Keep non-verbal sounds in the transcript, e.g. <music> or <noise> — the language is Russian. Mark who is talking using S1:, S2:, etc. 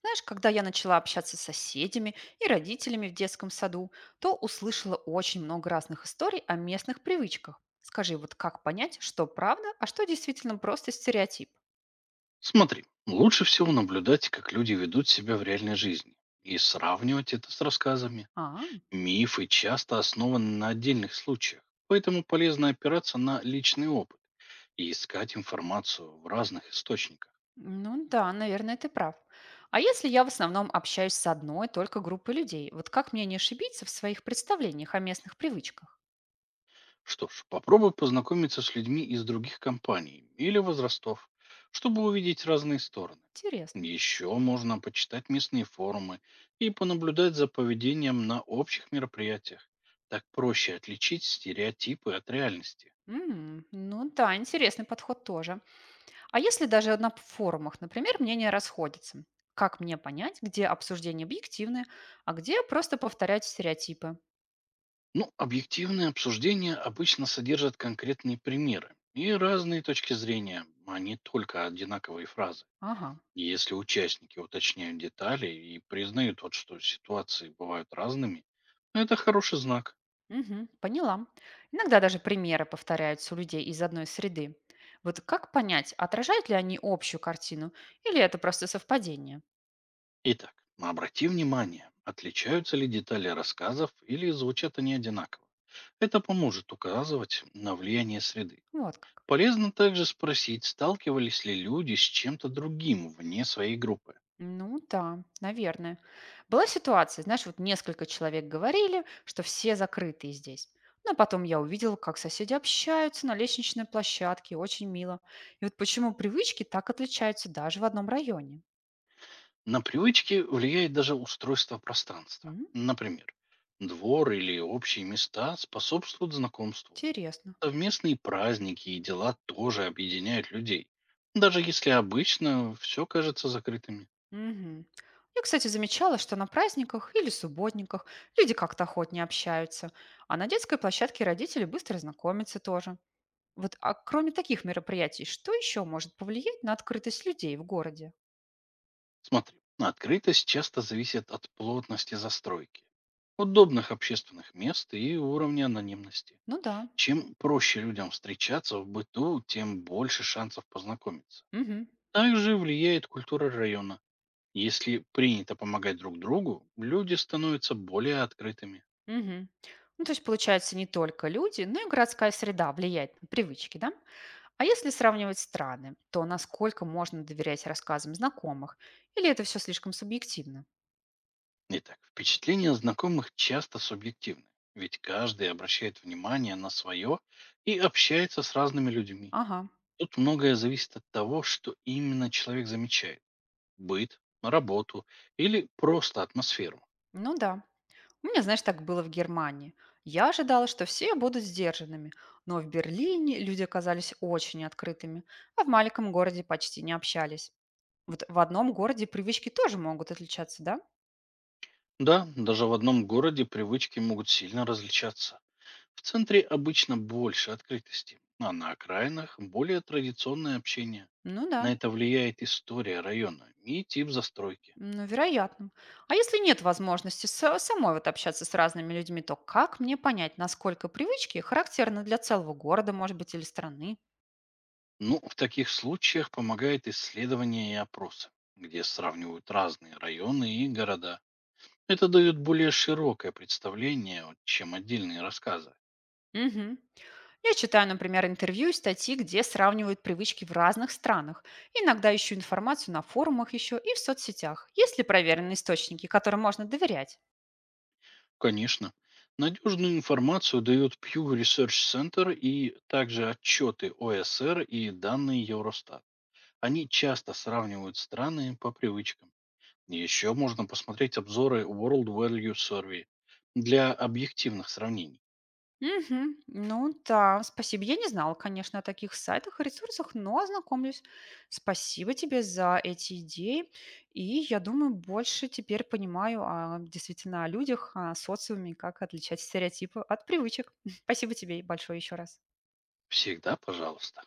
S1: Знаешь, когда я начала общаться с соседями и родителями в детском саду, то услышала очень много разных историй о местных привычках. Скажи, вот как понять, что правда, а что действительно просто стереотип?
S2: Смотри, лучше всего наблюдать, как люди ведут себя в реальной жизни, и сравнивать это с рассказами.
S1: А,
S2: Мифы часто основаны на отдельных случаях, поэтому полезно опираться на личный опыт и искать информацию в разных источниках.
S1: ну да, наверное, ты прав. А если я в основном общаюсь с одной только группой людей, вот как мне не ошибиться в своих представлениях о местных привычках?
S2: Что ж, попробуй познакомиться с людьми из других компаний или возрастов, чтобы увидеть разные стороны.
S1: Интересно.
S2: Еще можно почитать местные форумы и понаблюдать за поведением на общих мероприятиях. Так проще отличить стереотипы от реальности.
S1: М, ну да, интересный подход тоже. А если даже на форумах, например, мнения расходятся? Как мне понять, где обсуждение объективное, а где просто повторяют стереотипы?
S2: Ну, объективные обсуждения обычно содержат конкретные примеры и разные точки зрения, а не только одинаковые фразы.
S1: Ага,
S2: Если участники уточняют детали и признают, вот, что ситуации бывают разными, это хороший знак.
S1: мгм, поняла. Иногда даже примеры повторяются у людей из одной среды. Вот как понять, отражают ли они общую картину или это просто совпадение?
S2: Итак, обрати внимание, отличаются ли детали рассказов или звучат они одинаково. Это поможет указывать на влияние среды.
S1: Вот как.
S2: Полезно также спросить, сталкивались ли люди с чем-то другим вне своей группы.
S1: Ну да, наверное. Была ситуация, знаешь, вот несколько человек говорили, что все закрытые здесь. Ну, а потом я увидела, как соседи общаются на лестничной площадке, очень мило. И вот почему привычки так отличаются даже в одном районе.
S2: На привычки влияет даже устройство пространства.
S1: М,
S2: Например, двор или общие места способствуют знакомству.
S1: интересно.
S2: Совместные праздники и дела тоже объединяют людей. Даже если обычно все кажется закрытыми.
S1: Мгм. Я, кстати, замечала, что на праздниках или субботниках люди как-то охотнее общаются, а на детской площадке родители быстро знакомятся тоже. Вот, а кроме таких мероприятий, что еще может повлиять на открытость людей в городе?
S2: Смотри, открытость часто зависит от плотности застройки, удобных общественных мест и уровня анонимности.
S1: Ну да.
S2: Чем проще людям встречаться в быту, тем больше шансов познакомиться.
S1: Мгм.
S2: Также влияет культура района. Если принято помогать друг другу, люди становятся более открытыми.
S1: Мгм. Ну, то есть, получается, не только люди, но и городская среда влияет на привычки, да? А если сравнивать страны, то насколько можно доверять рассказам знакомых? Или это все слишком субъективно?
S2: Итак, впечатления знакомых часто субъективны, ведь каждый обращает внимание на свое и общается с разными людьми.
S1: Ага,
S2: Тут многое зависит от того, что именно человек замечает. Быт, работу или просто атмосферу.
S1: ну да. У меня, знаешь, так было в Германии. Я ожидала, что все будут сдержанными, но в Берлине люди оказались очень открытыми, а в маленьком городе почти не общались. Вот в одном городе привычки тоже могут отличаться, да?
S2: Да, даже в одном городе привычки могут сильно различаться. В центре обычно больше открытости, а на окраинах более традиционное общение.
S1: Ну да.
S2: На это влияет история района и тип застройки.
S1: Ну, вероятно. А если нет возможности самой вот общаться с разными людьми, то как мне понять, насколько привычки характерны для целого города, может быть, или страны?
S2: Ну, в таких случаях помогает исследование и опросы, где сравнивают разные районы и города. Это дает более широкое представление, вот, чем отдельные рассказы.
S1: Мгм. Я читаю, например, интервью и статьи, где сравнивают привычки в разных странах. Иногда ищу информацию на форумах еще и в соцсетях. Есть ли проверенные источники, которым можно доверять?
S2: Конечно, надежную информацию дают Pew Research Center и также отчеты ОСР и данные Евростат. Они часто сравнивают страны по привычкам. Еще можно посмотреть обзоры World Value Survey для объективных сравнений.
S1: Мгм. Ну да, спасибо. Я не знала, конечно, о таких сайтах и ресурсах, но ознакомлюсь. Спасибо тебе за эти идеи. И я думаю, больше теперь понимаю а, действительно о людях, о социуме, как отличать стереотипы от привычек. <laughs> Спасибо тебе большое еще раз.
S2: Всегда, пожалуйста.